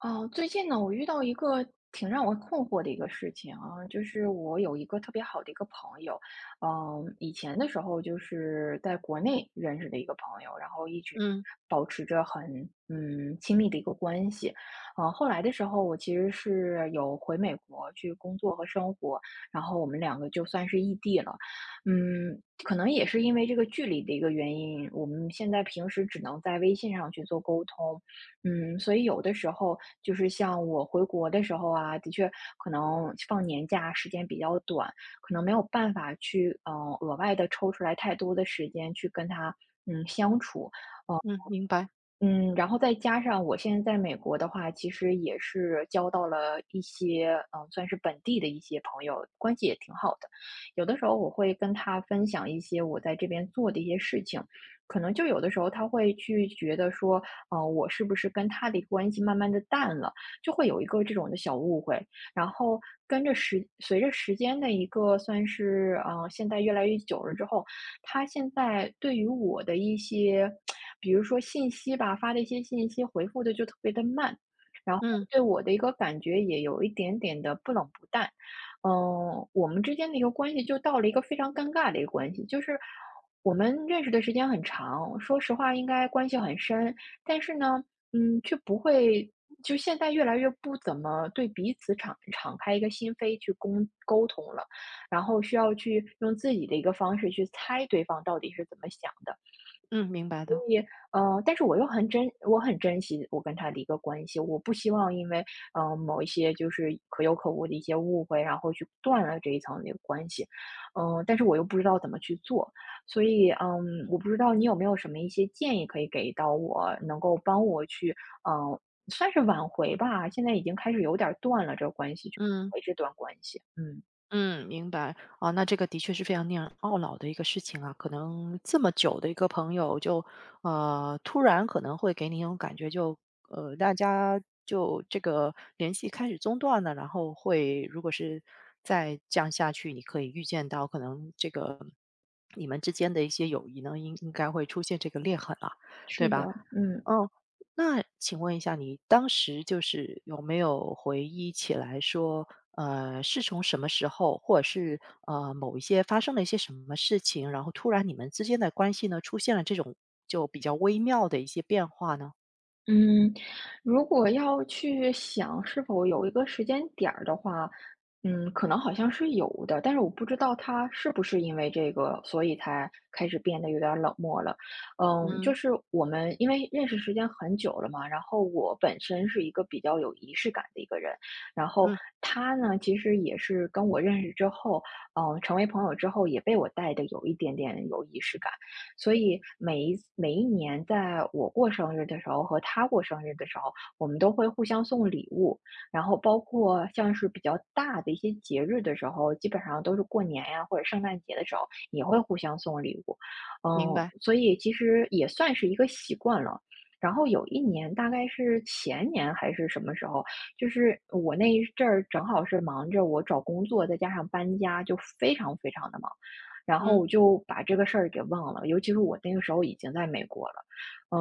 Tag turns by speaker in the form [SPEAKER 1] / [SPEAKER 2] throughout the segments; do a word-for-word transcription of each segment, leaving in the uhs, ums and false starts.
[SPEAKER 1] 哦，最近呢，我遇到一个挺让我困惑的一个事情啊，就是我有一个特别好的一个朋友。嗯，以前的时候就是在国内认识的一个朋友，然后一直
[SPEAKER 2] 嗯
[SPEAKER 1] 保持着很嗯亲密的一个关系。嗯后来的时候我其实是有回美国去工作和生活，然后我们两个就算是异地了。嗯，可能也是因为这个距离的一个原因，我们现在平时只能在微信上去做沟通。嗯，所以有的时候就是像我回国的时候啊，的确可能放年假时间比较短，可能没有办法去嗯，呃，额外的抽出来太多的时间去跟他，嗯，相处。呃，
[SPEAKER 2] 嗯，明白，
[SPEAKER 1] 嗯，然后再加上我现在在美国的话，其实也是交到了一些，嗯，算是本地的一些朋友，关系也挺好的。有的时候我会跟他分享一些我在这边做的一些事情，可能就有的时候他会去觉得说，呃，我是不是跟他的一个关系慢慢的淡了，就会有一个这种的小误会。然后跟着时，随着时间的一个算是，嗯，现在越来越久了之后，他现在对于我的一些，比如说信息吧，发的一些信息回复的就特别的慢，然后
[SPEAKER 2] 嗯
[SPEAKER 1] 对我的一个感觉也有一点点的不冷不淡。嗯，我们之间的一个关系就到了一个非常尴尬的一个关系，就是我们认识的时间很长，说实话应该关系很深。但是呢，嗯，却不会，就现在越来越不怎么对彼此敞敞开一个心扉去沟沟通了。然后需要去用自己的一个方式去猜对方到底是怎么想的。
[SPEAKER 2] 嗯，明白的，
[SPEAKER 1] 呃，但是我又很珍我很珍惜我跟他的一个关系，我不希望因为嗯，呃，某一些就是可有可无的一些误会，然后去断了这一层的一个关系。嗯，但是我又不知道怎么去做，所以，嗯，我不知道你有没有什么一些建议可以给到我，能够帮我去嗯，呃，算是挽回吧，现在已经开始有点儿断了这个关系，就
[SPEAKER 2] 嗯
[SPEAKER 1] 维持段关系。嗯。
[SPEAKER 2] 嗯，明白。啊，那这个的确是非常令人懊恼的一个事情啊，可能这么久的一个朋友就，呃，突然可能会给你一种感觉就，呃，大家就这个联系开始中断了，然后会如果是再这样下去，你可以预见到可能这个你们之间的一些友谊呢，应应该会出现这个裂痕了，对
[SPEAKER 1] 是
[SPEAKER 2] 吧？
[SPEAKER 1] 的。嗯，
[SPEAKER 2] 哦，那请问一下，你当时就是有没有回忆起来说，呃，是从什么时候，或者是呃某一些发生了一些什么事情，然后突然你们之间的关系呢出现了这种就比较微妙的一些变化呢？
[SPEAKER 1] 嗯，如果要去想是否有一个时间点儿的话，嗯，可能好像是有的，但是我不知道他是不是因为这个，所以才开始变得有点儿冷漠了。嗯，
[SPEAKER 2] 嗯
[SPEAKER 1] 就是我们因为认识时间很久了嘛，然后我本身是一个比较有仪式感的一个人，然后
[SPEAKER 2] 嗯，
[SPEAKER 1] 他呢，其实也是跟我认识之后，嗯，成为朋友之后，也被我带的有一点点有仪式感。所以每一每一年在我过生日的时候和他过生日的时候，我们都会互相送礼物，然后包括像是比较大的一些节日的时候，基本上都是过年呀或者圣诞节的时候也会互相送礼物。
[SPEAKER 2] 明
[SPEAKER 1] 嗯，
[SPEAKER 2] 白，
[SPEAKER 1] 所以其实也算是一个习惯了。然后有一年，大概是前年还是什么时候，就是我那一阵儿正好是忙着我找工作，再加上搬家，就非常非常的忙。然后
[SPEAKER 2] 嗯，
[SPEAKER 1] 我就把这个事儿给忘了，尤其是我那个时候已经在美国了。嗯，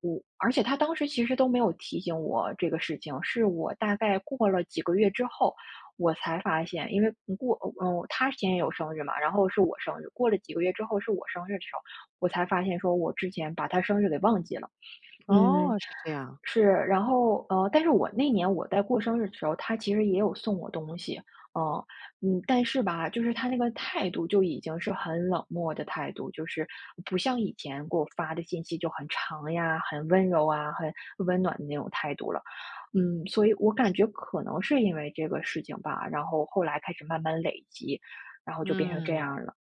[SPEAKER 1] 我而且他当时其实都没有提醒我这个事情，是我大概过了几个月之后，我才发现，因为过，嗯，他先有生日嘛，然后是我生日，过了几个月之后是我生日的时候，我才发现说我之前把他生日给忘记了。嗯，
[SPEAKER 2] 哦，是这样，
[SPEAKER 1] 是。然后呃，但是我那年我在过生日的时候，他其实也有送我东西。呃，嗯，但是吧，就是他那个态度就已经是很冷漠的态度，就是不像以前给我发的信息就很长呀、很温柔啊、很温暖的那种态度了。嗯，所以我感觉可能是因为这个事情吧，然后后来开始慢慢累积，然后就变成这
[SPEAKER 2] 嗯。
[SPEAKER 1] 样了。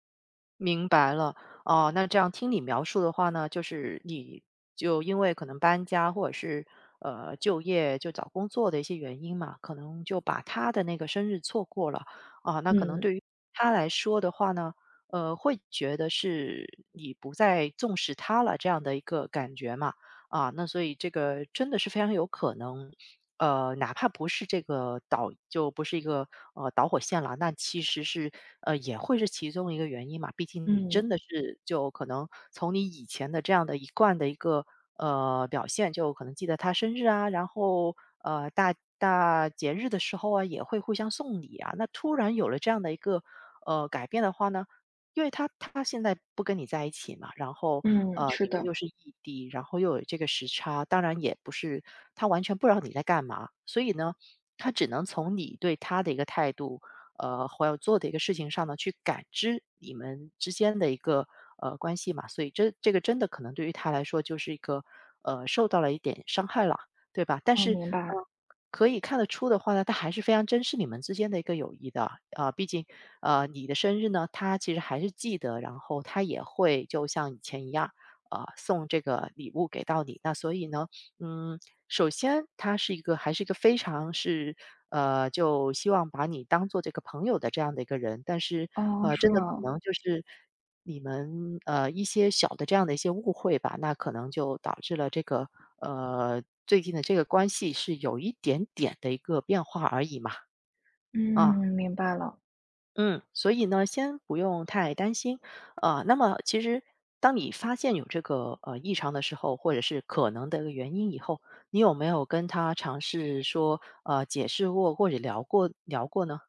[SPEAKER 2] 明白了，哦，那这样听你描述的话呢，就是你就因为可能搬家或者是呃就业就找工作的一些原因嘛，可能就把他的那个生日错过了啊。那可能
[SPEAKER 1] 嗯
[SPEAKER 2] 对于他来说的话呢，呃，会觉得是你不再重视他了这样的一个感觉嘛啊。那所以这个真的是非常有可能呃，哪怕不是这个导就不是一个，呃，导火线了，那其实是，呃，也会是其中一个原因嘛。毕竟你
[SPEAKER 1] 嗯
[SPEAKER 2] 真的是就可能从你以前的这样的一贯的一个，呃，表现，就可能记得他生日啊，然后，呃，大大节日的时候啊，也会互相送礼啊。那突然有了这样的一个，呃，改变的话呢，因为他他现在不跟你在一起嘛，然后，
[SPEAKER 1] 嗯，
[SPEAKER 2] 呃，
[SPEAKER 1] 是
[SPEAKER 2] 你们又
[SPEAKER 1] 的，
[SPEAKER 2] 是异地，然后又有这个时差，当然也不是他完全不知道你在干嘛，所以呢，他只能从你对他的一个态度，呃，或要做的一个事情上呢，去感知你们之间的一个呃关系嘛，所以这这个真的可能对于他来说就是一个呃受到了一点伤害了，对吧？但
[SPEAKER 1] 嗯，
[SPEAKER 2] 是，
[SPEAKER 1] 明白。
[SPEAKER 2] 呃可以看得出的话呢，他还是非常珍视你们之间的一个友谊的。啊，呃毕竟，呃，你的生日呢，他其实还是记得，然后他也会就像以前一样啊，呃，送这个礼物给到你。那所以呢，嗯，首先他是一个还是一个非常是，呃，就希望把你当做这个朋友的这样的一个人，但是，
[SPEAKER 1] 哦，
[SPEAKER 2] 呃，
[SPEAKER 1] 是
[SPEAKER 2] 真的可
[SPEAKER 1] 哦，
[SPEAKER 2] 能就是你们呃一些小的这样的一些误会吧，那可能就导致了这个呃最近的这个关系是有一点点的一个变化而已嘛，
[SPEAKER 1] 嗯，
[SPEAKER 2] 啊，
[SPEAKER 1] 明白了。
[SPEAKER 2] 嗯，所以呢，先不用太担心啊、那么其实当你发现有这个呃异常的时候，或者是可能的一个原因以后，你有没有跟他尝试说呃解释过或者聊过聊过呢？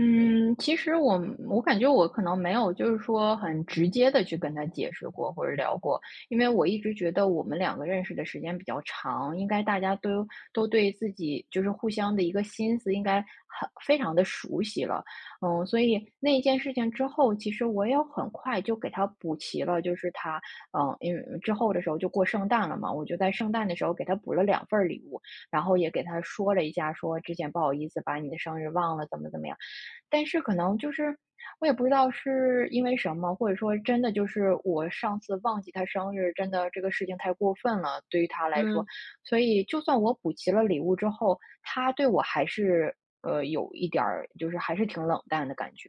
[SPEAKER 1] 嗯，其实我我感觉我可能没有，就是说很直接的去跟他解释过或者聊过，因为我一直觉得我们两个认识的时间比较长，应该大家都都对自己就是互相的一个心思应该很非常的熟悉了。嗯，所以那一件事情之后，其实我也很快就给他补齐了，就是他嗯，因为之后的时候就过圣诞了嘛，我就在圣诞的时候给他补了两份儿礼物，然后也给他说了一下，说之前不好意思把你的生日忘了，怎么怎么样。但是可能就是我也不知道是因为什么，或者说真的就是我上次忘记他生日，真的这个事情太过分了，对于他来说，
[SPEAKER 2] 嗯。
[SPEAKER 1] 所以就算我补齐了礼物之后，他对我还是呃有一点儿，就是还是挺冷淡的感觉。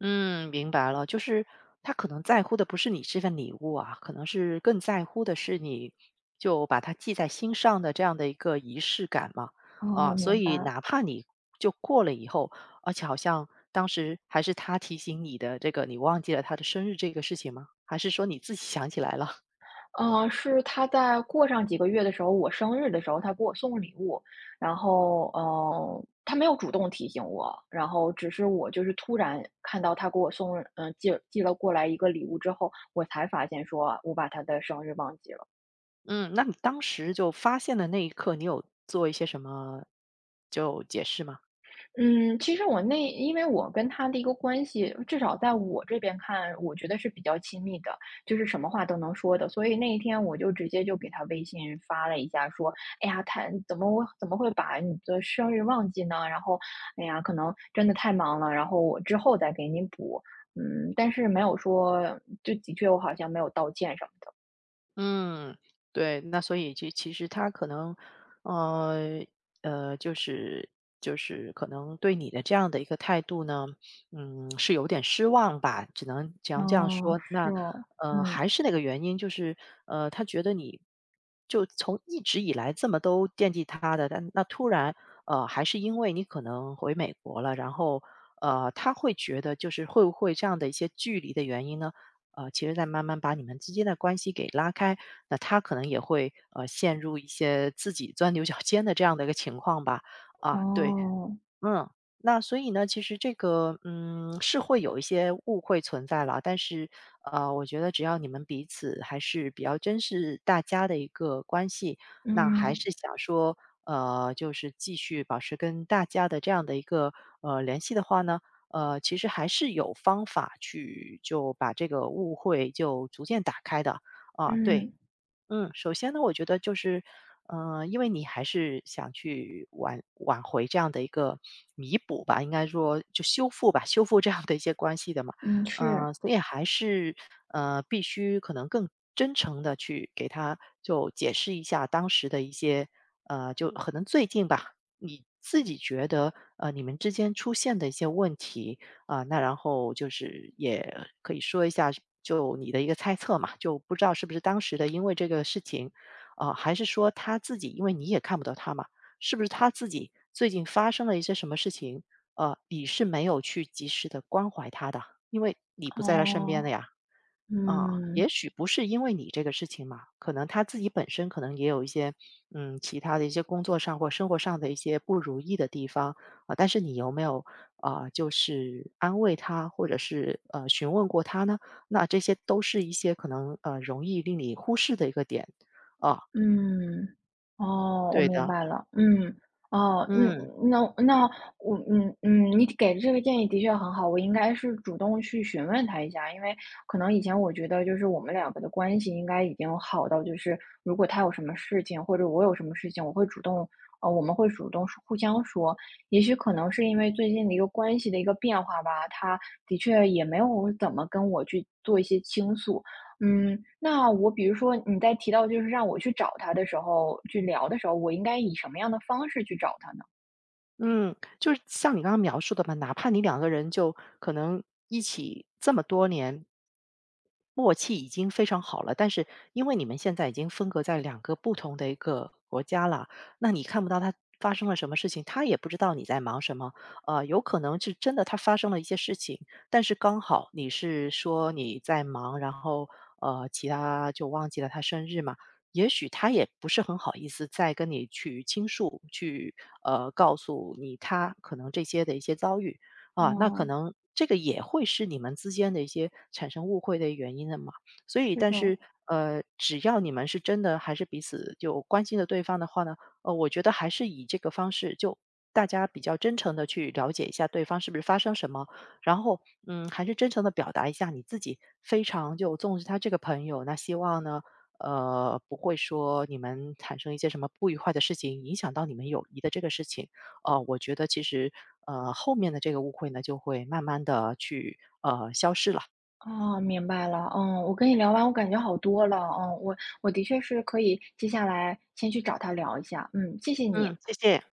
[SPEAKER 2] 嗯，明白了，就是他可能在乎的不是你这份礼物啊，可能是更在乎的是你就把它记在心上的这样的一个仪式感嘛。
[SPEAKER 1] 哦，
[SPEAKER 2] 啊，所
[SPEAKER 1] 明
[SPEAKER 2] 以
[SPEAKER 1] 白。
[SPEAKER 2] 哪怕你就过了以后，而且好像当时还是他提醒你的这个，你忘记了他的生日这个事情吗？还是说你自己想起来了？
[SPEAKER 1] 呃，是他在过上几个月的时候，我生日的时候，他给我送礼物，然后，呃，他没有主动提醒我，然后只是我就是突然看到他给我送嗯、寄寄了过来一个礼物之后，我才发现说我把他的生日忘记了。
[SPEAKER 2] 嗯，那你当时就发现的那一刻，你有做一些什么就解释吗？
[SPEAKER 1] 嗯，其实我那因为我跟他的一个关系，至少在我这边看，我觉得是比较亲密的，就是什么话都能说的。所以那一天我就直接就给他微信发了一下，说："哎呀，他怎么我怎么会把你的生日忘记呢？然后，哎呀，可能真的太忙了，然后我之后再给你补。"嗯，但是没有说，就的确我好像没有道歉什么的。
[SPEAKER 2] 嗯，对，那所以其其实他可能，呃呃，就是就是可能对你的这样的一个态度呢，嗯，是有点失望吧，只能只能这样
[SPEAKER 1] 哦，
[SPEAKER 2] 说。
[SPEAKER 1] 是
[SPEAKER 2] 那
[SPEAKER 1] 哦，
[SPEAKER 2] 呃，
[SPEAKER 1] 嗯
[SPEAKER 2] 还是那个原因，就是呃，他觉得你就从一直以来这么都惦记他的，但那突然呃，还是因为你可能回美国了，然后呃，他会觉得就是会不会这样的一些距离的原因呢？呃，其实在慢慢把你们之间的关系给拉开，那他可能也会呃陷入一些自己钻牛角尖的这样的一个情况吧。啊，对，
[SPEAKER 1] 哦，
[SPEAKER 2] 嗯，那所以呢，其实这个，嗯，是会有一些误会存在了，但是，呃，我觉得只要你们彼此还是比较珍视大家的一个关系，那还
[SPEAKER 1] 嗯
[SPEAKER 2] 是想说，呃，就是继续保持跟大家的这样的一个呃联系的话呢，呃，其实还是有方法去就把这个误会就逐渐打开的啊，对。
[SPEAKER 1] 嗯，
[SPEAKER 2] 嗯，首先呢，我觉得就是，呃，因为你还是想去挽挽回这样的一个弥补吧，应该说就修复吧，修复这样的一些关系的嘛，
[SPEAKER 1] 嗯，是，
[SPEAKER 2] 呃，所以还是呃必须可能更真诚的去给他就解释一下当时的一些呃，就可能最近吧，你自己觉得呃你们之间出现的一些问题，啊，那然后就是也可以说一下，就你的一个猜测嘛，就不知道是不是当时的因为这个事情，啊，还是说他自己，因为你也看不到他嘛，是不是他自己最近发生了一些什么事情？呃，你是没有去及时的关怀他的，因为你不在他身边的
[SPEAKER 1] 哦。
[SPEAKER 2] 呀。啊，
[SPEAKER 1] 嗯，
[SPEAKER 2] 也许不是因为你这个事情嘛，可能他自己本身可能也有一些，嗯，其他的一些工作上或生活上的一些不如意的地方啊，但是你有没有啊、就是安慰他，或者是呃询问过他呢？那这些都是一些可能呃容易令你忽视的一个点啊、
[SPEAKER 1] 嗯，哦，我
[SPEAKER 2] 对
[SPEAKER 1] 明
[SPEAKER 2] 的，
[SPEAKER 1] 白了，嗯，哦，嗯，
[SPEAKER 2] 嗯。
[SPEAKER 1] 那那我，嗯嗯，你给的这个建议的确很好，我应该是主动去询问他一下，因为可能以前我觉得就是我们两个的关系应该已经好到，就是如果他有什么事情或者我有什么事情，我会主动，呃，我们会主动说互相说，也许可能是因为最近的一个关系的一个变化吧，他的确也没有怎么跟我去做一些倾诉。嗯，那我比如说你在提到就是让我去找他的时候，去聊的时候，我应该以什么样的方式去找他呢？
[SPEAKER 2] 嗯，就是像你刚刚描述的嘛，哪怕你两个人就可能一起这么多年，默契已经非常好了，但是因为你们现在已经分隔在两个不同的一个国家了，那你看不到他发生了什么事情，他也不知道你在忙什么。呃，有可能是真的他发生了一些事情，但是刚好你是说你在忙，然后呃其他就忘记了他生日嘛。也许他也不是很好意思再跟你去倾诉，去呃告诉你他可能这些的一些遭遇啊，那可
[SPEAKER 1] 哦，
[SPEAKER 2] 能这个也会是你们之间的一些产生误会的原因的嘛。所以，
[SPEAKER 1] 是
[SPEAKER 2] 但是
[SPEAKER 1] 的。
[SPEAKER 2] 呃，只要你们是真的还是彼此就关心着对方的话呢，呃，我觉得还是以这个方式就。大家比较真诚的去了解一下对方是不是发生什么，然后嗯，还是真诚的表达一下你自己非常就重视他这个朋友，那希望呢呃，不会说你们产生一些什么不愉快的事情，影响到你们友谊的这个事情。呃，我觉得其实呃后面的这个误会呢，就会慢慢的去呃消失了。
[SPEAKER 1] 哦，明白了。嗯，我跟你聊完，我感觉好多了。嗯，我我的确是可以接下来先去找他聊一下。嗯，谢谢你。
[SPEAKER 2] 嗯，谢谢。